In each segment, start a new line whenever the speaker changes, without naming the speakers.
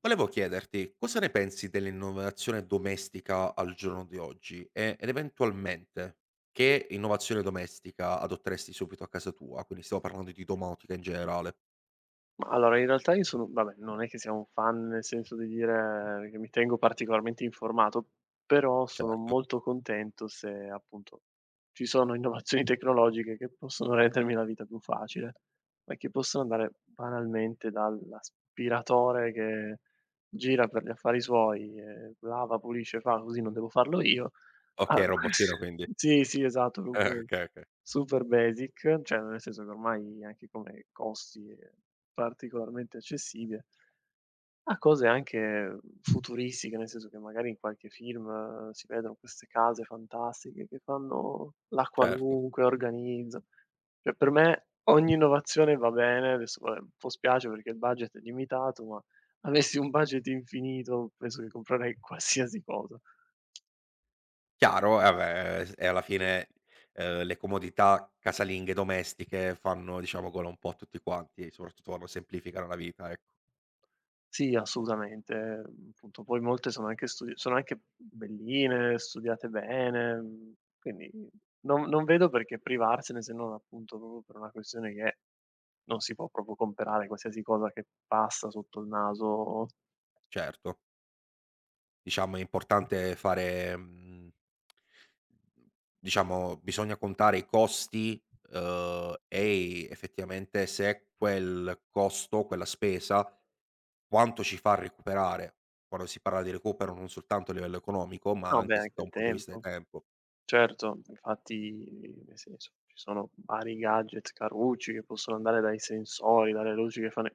Volevo chiederti cosa ne pensi dell'innovazione domestica al giorno di oggi ed eventualmente che innovazione domestica adotteresti subito a casa tua? Quindi stiamo parlando di domotica in generale.
Ma allora in realtà io sono vabbè, non è che sia un fan nel senso di dire che mi tengo particolarmente informato, però sono
Certo.
molto contento se appunto ci sono innovazioni tecnologiche che possono rendermi la vita più facile, ma che possono andare banalmente dall'aspiratore che gira per gli affari suoi e lava, pulisce, fa, così non devo farlo io, a
Okay, robottino quindi.
sì, sì, esatto, proprio
Okay, okay.
super basic, cioè nel senso che ormai anche come costi e particolarmente accessibile, a cose anche futuristiche, nel senso che magari in qualche film si vedono queste case fantastiche che fanno la
Certo.
qualunque, organizza, cioè per me ogni innovazione va bene, adesso vabbè un po' spiace perché il budget è limitato, ma avessi un budget infinito penso che comprerei qualsiasi cosa.
Chiaro, eh beh, s e alla fine, le comodità casalinghe domestiche fanno, diciamo, gola un po' a tutti quanti, soprattutto quando semplificano la vita, ecco.
Sì, assolutamente. Mhmm, appunto, poi molte sono anche studi sono anche belline, studiate bene, mhmm, quindi non vedo perché privarsene se non appunto proprio per una questione che non si può proprio comprare qualsiasi cosa che passa sotto il naso.
Certo. Diciamo è importante fare, mhmm diciamo bisogna contare i costi, e effettivamente se quel costo, quella spesa, quanto ci fa recuperare. Quando si parla di recupero non soltanto a livello economico, ma
No, beh,
anche s
anche
da
il
un punto di vista di
tempo.
tempo.
Certo, infatti nel senso, ci sono vari gadget carucci che possono andare dai sensori, dalle luci che fanno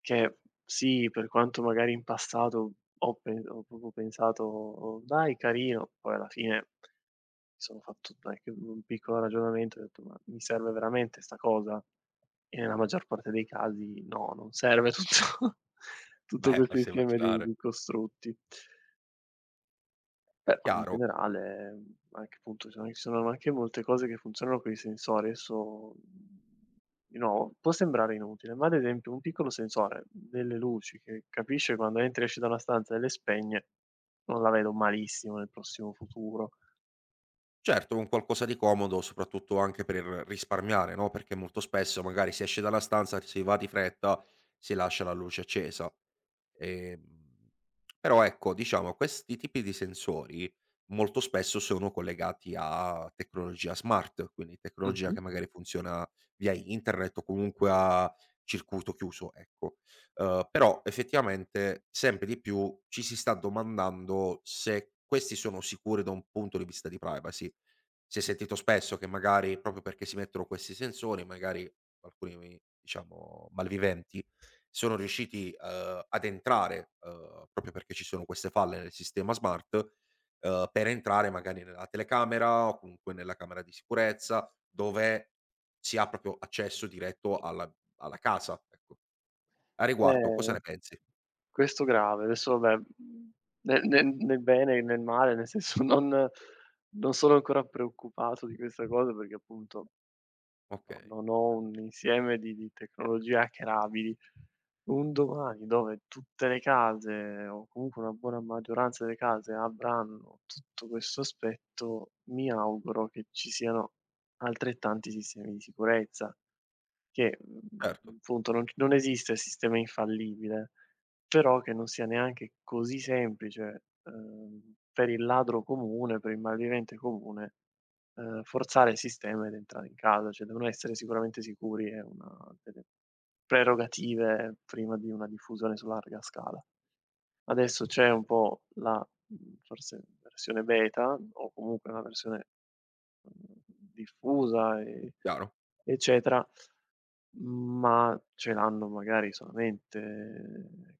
che sì, per quanto magari in passato ho proprio pensato: "Oh, dai carino", poi alla fine mi sono fatto anche un piccolo ragionamento e ho detto: "Ma mi serve veramente 'sta cosa?" E nella maggior parte dei casi no, non serve tutto tutto
Beh,
questo
farsi
insieme di
vacillare.
costrutti. Beh, ma in
Chiaro.
generale, mhmm, anche appunto ci sono anche molte cose che funzionano coi sensori. Adesso, mhmm, di nuovo, può sembrare inutile, ma ad esempio un piccolo sensore delle luci che capisce quando entri e esci da una stanza e le spegne, non la vedo malissimo nel prossimo futuro.
Certo, un qualcosa di comodo, soprattutto anche per risparmiare, no, perché molto spesso magari si esce dalla stanza, si va di fretta, si lascia la luce accesa. Ehm, però ecco, diciamo, questi tipi di sensori molto spesso sono collegati a tecnologia smart, quindi tecnologia
Mh-mh.
che magari funziona via internet o comunque a circuito chiuso, ecco. Però effettivamente sempre di più ci si sta domandando se questi sono sicuri da un punto di vista di privacy. Si è sentito spesso che magari proprio perché si mettono questi sensori, magari alcuni diciamo malviventi, sono riusciti, ad entrare, proprio perché ci sono queste falle nel sistema smart, per entrare magari nella telecamera o comunque nella camera di sicurezza, dove si ha proprio accesso diretto alla casa, ecco. A riguardo cosa
Ehm,
ne pensi?
Questo grave. Adesso vabbè, mhmm, nel bene e nel male, nel senso non sono ancora preoccupato di questa cosa perché appunto no,
Okay,
non ho un insieme di tecnologie hackerabili. Un domani dove tutte le case, o comunque una buona maggioranza delle case, avranno tutto questo aspetto, mi auguro che ci siano altrettanti sistemi di sicurezza. Che,
certo,
mhmm, appunto non esiste il sistema infallibile, però che non sia neanche così semplice, per il ladro comune, per il malvivente comune, forzare il sistema ed entrare in casa, cioè devono essere sicuramente sicuri, è una delle prerogative prima di una diffusione su larga scala. Adesso c'è un po' la, mhmm, forse versione beta o comunque una versione mhmm, diffusa,
chiaro,
eccetera, ma ce l'hanno magari solamente,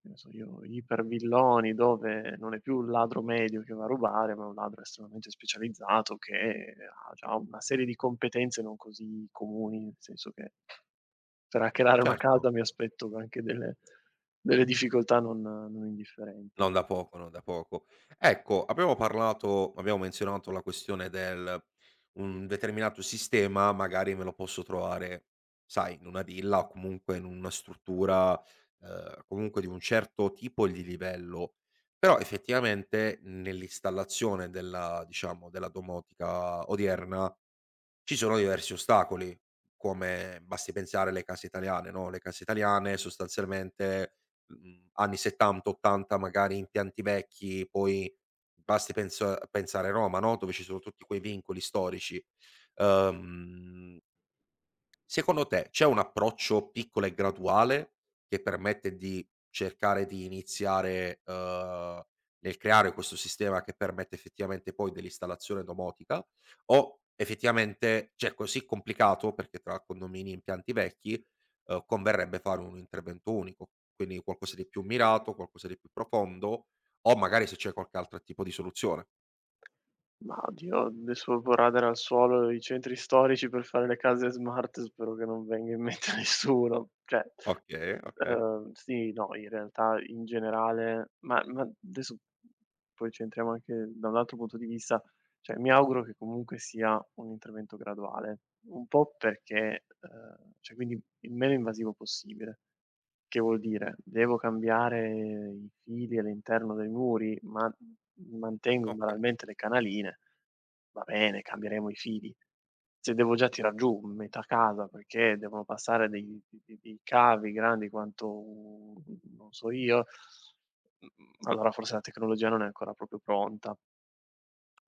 che ne so io, ipervilloni dove non è più un ladro medio che va a rubare, ma un ladro estremamente specializzato che ha già una serie di competenze non così comuni, nel senso che per hackerare una
certo,
casa mi aspetto anche delle delle difficoltà non indifferenti.
non da poco, non da poco. Ecco, abbiamo menzionato la questione del un determinato sistema magari me lo posso trovare, sai, in una villa o comunque in una struttura, comunque di un certo tipo di livello. Però effettivamente nell'installazione della diciamo, della domotica odierna ci sono diversi ostacoli, come basti pensare alle case italiane, no, le case italiane sostanzialmente, anni 70, 80 magari impianti vecchi, poi basti pensare a Roma, no, dove ci sono tutti quei vincoli storici. Uhm Secondo te c'è un approccio piccolo e graduale che permette di cercare di iniziare, nel creare questo sistema che permette effettivamente poi dell'installazione domotica o effettivamente, cioè è così complicato perché tra condomini e impianti vecchi, converrebbe fare un intervento unico, quindi qualcosa di più mirato, qualcosa di più profondo o magari se c'è qualche altro tipo di soluzione?
Ma oddio, adesso radere al suolo i centri storici per fare le case smart spero che non venga in mente a nessuno. Cioè,
Okay, okay.
sì, no, in realtà in generale ma adesso poi c'entriamo anche da un altro punto di vista, cioè mi auguro che comunque sia un intervento graduale, un po' perché cioè quindi il meno invasivo possibile. Che vuol dire: devo cambiare i fili all'interno dei muri? Ma mantengo
Ok.
banalmente le canaline, va bene, cambieremo i fili. Se devo già tirar giù metà casa perché devono passare dei de de dei cavi grandi quanto u, non so io, mhmm, allora forse la tecnologia non è ancora proprio pronta.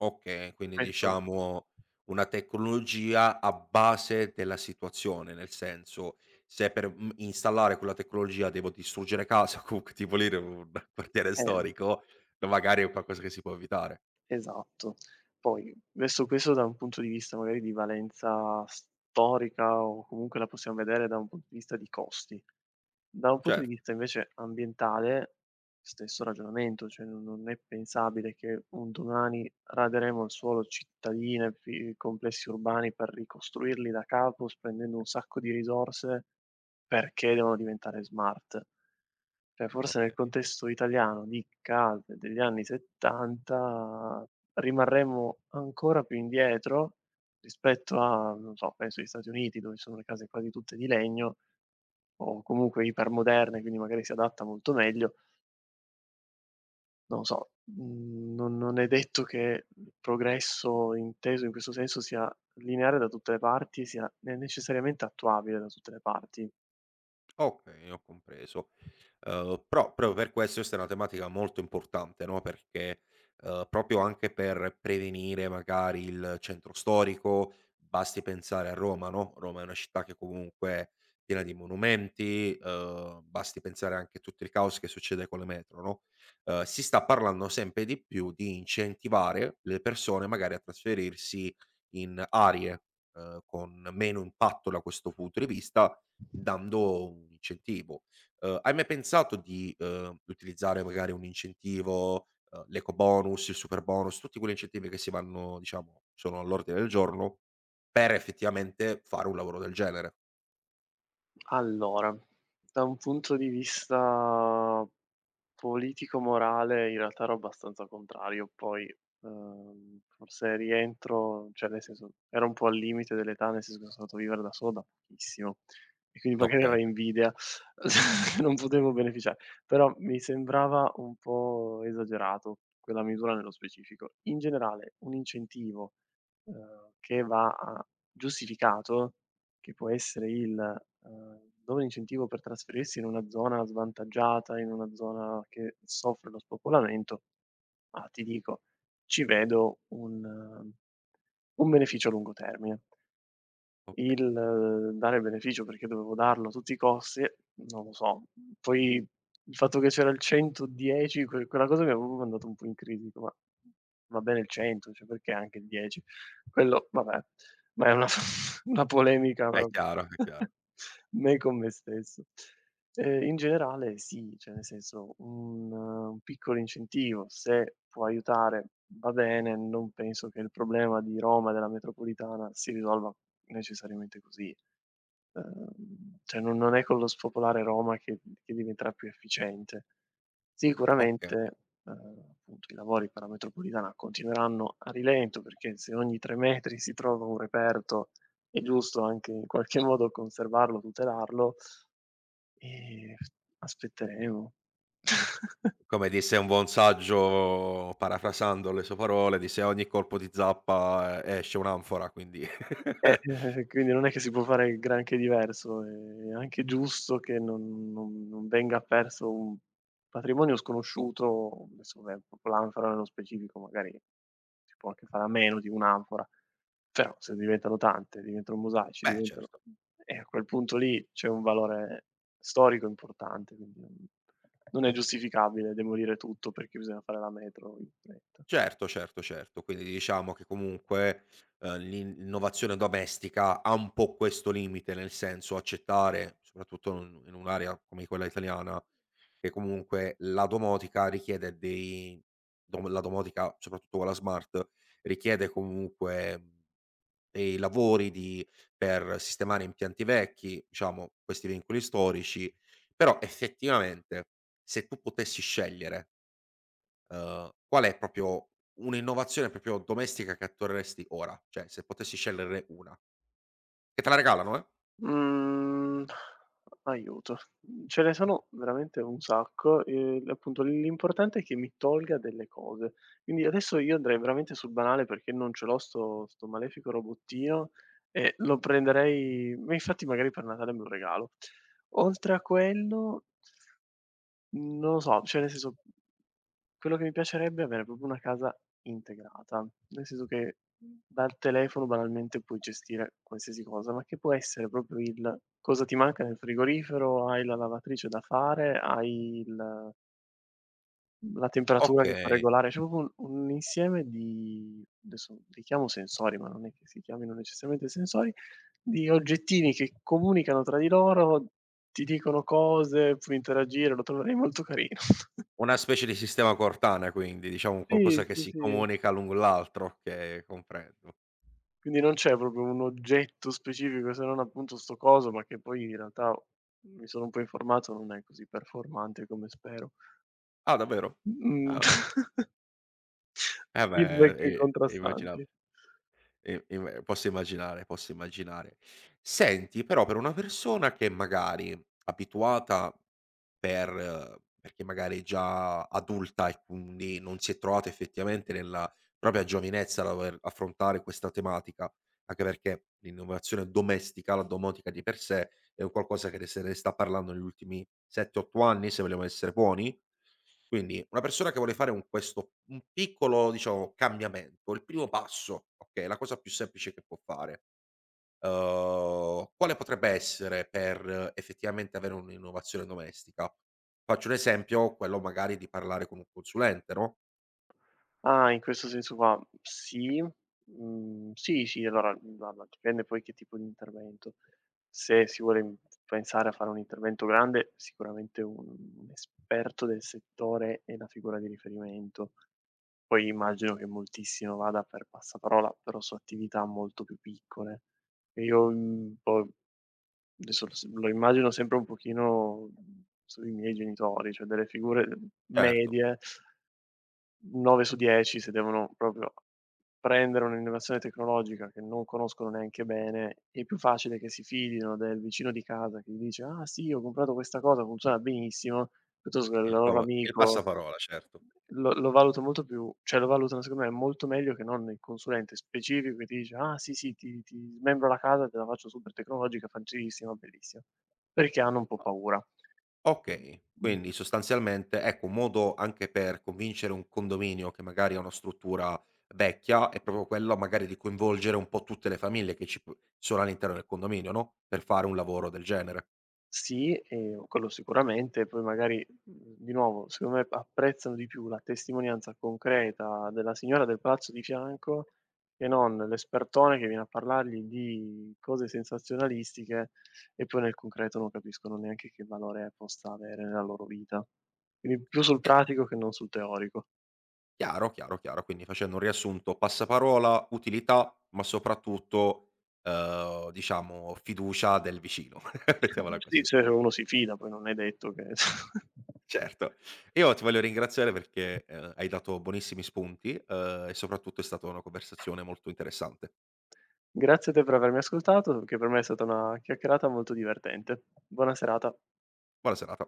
Okay, quindi
Questo
diciamo una tecnologia a base della situazione, nel senso se per, installare quella tecnologia devo distruggere casa o comunque demolire un quartiere
eh,
storico, magari è qualcosa che si può evitare.
esatto. Poi adesso questo da un punto di vista magari di valenza storica o comunque la possiamo vedere da un punto di vista di costi. Da un punto di
Certo,
vista invece ambientale stesso ragionamento, cioè non è pensabile che un domani raderemo al suolo cittadine, fi complessi urbani per ricostruirli da capo, spendendo un sacco di risorse perché devono diventare smart. Cioè forse nel
okay.
contesto italiano di case degli anni '70 rimarremmo ancora più indietro rispetto a, non so, penso agli Stati Uniti dove sono le case quasi tutte di legno o comunque ipermoderne, quindi magari si adatta molto meglio. Non lo so, mhmm, non è detto che il progresso inteso in questo senso sia lineare da tutte le parti, sia ne necessariamente attuabile da tutte le parti.
Okay, ho compreso. Però proprio per questo questa è una tematica molto importante, no, perché, proprio anche per prevenire magari il centro storico, basti pensare a Roma, no, Roma è una città che comunque è piena di monumenti, basti pensare anche a tutto il caos che succede con le metro, no, si sta parlando sempre di più di incentivare le persone magari a trasferirsi in aree, con meno impatto da questo punto di vista dando un incentivo. Hai mai pensato di, utilizzare magari un incentivo, l'ecobonus, il superbonus, tutti quegli incentivi che si vanno diciamo sono all'ordine del giorno, per effettivamente fare un lavoro del genere?
Allora, da un punto di vista politico-morale in realtà ero abbastanza contrario, poi, forse rientro cioè nel senso, ero un po' al limite dell'età, nel senso che sono andato a vivere da solo da pochissimo e quindi magari era
Okay,
invidia che non potevo beneficiare, però mi sembrava un po' esagerato quella misura nello specifico. In generale un incentivo, che va a giustificato che può essere il, dove incentivo per trasferirsi in una zona svantaggiata, in una zona che soffre lo spopolamento, ma ti dico, ci vedo un beneficio a lungo termine. Il
okay.
dare beneficio perché dovevo darlo a tutti i costi, non lo so. Poi il fatto che c'era il 110, quella cosa mi ha proprio mandato un po' in crisi, dico: "Ma va bene il 100, cioè perché anche il 10?" Quello vabbè, ma è una una polemica
È
ma
chiaro, è chiaro.
me con me stesso. In generale sì, cioè nel senso un piccolo incentivo, se può aiutare va bene, non penso che il problema di Roma e della metropolitana si risolva necessariamente così. Cioè non è con lo spopolare Roma che diventerà più efficiente. Sicuramente,
Okay.
appunto i lavori per la metropolitana continueranno a rilento, perché se ogni 3 metri si trova un reperto, è giusto anche in qualche modo conservarlo, tutelarlo, f aspetteremo.
Come disse un buon saggio, parafrasando le sue parole, disse: "A ogni colpo di zappa, esce un'anfora", quindi
Quindi non è che si può fare granché diverso, è anche giusto che non venga perso un patrimonio sconosciuto, adesso vabbè, propio l'anfora nello specifico magari si può anche fare a meno di un'anfora, però se diventano tante, diventano mosaici,
beh,
diventano
certo.
a quel punto lì c'è un valore storico importante, quindi non è giustificabile demolire tutto perché bisogna fare la metro in fretta.
Certo, certo, certo. Quindi diciamo che comunque, l'innovazione domestica ha un po' questo limite, nel senso accettare, soprattutto in un'area come quella italiana, che comunque la domotica richiede dei dom la domotica, soprattutto quella smart, richiede comunque dei lavori di per sistemare impianti vecchi, diciamo questi vincoli storici, però effettivamente se tu potessi scegliere, qual è proprio un'innovazione proprio domestica che attueresti ora? Cioè, se potessi sceglierne una. Che te la regalano, eh.
Mhmm, aiuto. Ce ne sono veramente un sacco, appunto l'importante è che mi tolga delle cose. Quindi adesso io andrei veramente sul banale perché non ce l'ho sto malefico robottino e lo prenderei, ma infatti magari per Natale me lo regalo. Oltre a quello non lo so, cioè nel senso quello che mi piacerebbe è avere proprio una casa integrata, nel senso che dal telefono banalmente puoi gestire qualsiasi cosa, ma che può essere proprio il: cosa ti manca nel frigorifero, hai la lavatrice da fare, hai il la temperatura che puoi
Okay,
regolare, cioè proprio un insieme di adesso li chiamo sensori, ma non è che si chiamino necessariamente sensori, di oggettini che comunicano tra di loro, ti dicono cose, puoi interagire, lo troverei molto carino.
una specie di sistema Cortana quindi, diciamo un
Sì,
qualcosa che
sì,
si
sì.
comunica l'un con l'altro, okay, comprendo.
Quindi non c'è proprio un oggetto specifico, se non appunto 'sto coso, ma che poi in realtà mi sono un po' informato, non è così performante come spero.
Ah, davvero?
Mh,
Ah, eh
feedback
beh, è immaginab
contrastanti.
E e posso immaginare, posso immaginare. Senti, però per una persona che magari abituata perché magari è già adulta e quindi non si è trovata effettivamente nella propria giovinezza a dover affrontare questa tematica, anche perché l'innovazione domestica, la domotica di per sé, è un qualcosa che se ne sta parlando negli ultimi 7-8 anni, se vogliamo essere buoni, quindi una persona che vuole fare un questo un piccolo, diciamo, cambiamento, il primo passo, okay, la cosa più semplice che può fare, quale potrebbe essere per effettivamente avere un'innovazione domestica? Faccio un esempio, quello magari di parlare con un consulente, no,
Ah, in questo senso qua sì. Mhmm, sì, sì, allora, guarda, dipende poi che tipo di intervento. Se si vuole, mhmm, pensare a fare un intervento grande, sicuramente un esperto del settore è la figura di riferimento. Poi immagino che moltissimo vada per passaparola, però su attività molto più piccole. E io, mhmm, poi adesso lo immagino sempre un pochino, mhmm, sui miei genitori, cioè delle figure
certo,
medie 9 su 10 se devono proprio prendere un'innovazione tecnologica che non conoscono neanche bene, è più facile che si fidino del vicino di casa che gli dice: "Ah sì, ho comprato questa cosa, funziona benissimo", piuttosto che del loro
il
amico.
passaparola, certo.
Lo valuto molto più cioè lo valutano secondo me molto meglio che non il consulente specifico che ti dice: "Ah sì, sì, ti smembro la casa, te la faccio super tecnologica, facilissima, bellissima", perché hanno un po' paura.
Okay,
Mh.
quindi sostanzialmente, ecco, un modo anche per convincere un condominio che magari ha una struttura vecchia è proprio quello magari di coinvolgere un po' tutte le famiglie che ci p sono all'interno del condominio, no, per fare un lavoro del genere.
Sì, quello sicuramente, poi magari, mhmm, di nuovo, secondo me apprezzano di più la testimonianza concreta della signora del palazzo di fianco, che non l'espertone che viene a parlargli di cose sensazionalistiche e poi nel concreto non capiscono neanche che valore possa avere nella loro vita. Quindi più sul
E
pratico che non sul teorico.
chiaro, chiaro, chiaro, quindi facendo un riassunto, passaparola, utilità, ma soprattutto, diciamo fiducia del vicino, mettiamola
Sì,
così.
se uno si fida, poi non è detto che
Certo. Io ti voglio ringraziare perché, hai dato buonissimi spunti, e soprattutto è stata una conversazione molto interessante.
grazie a te per avermi ascoltato, che per me è stata una chiacchierata molto divertente. Buona serata.
Buona serata.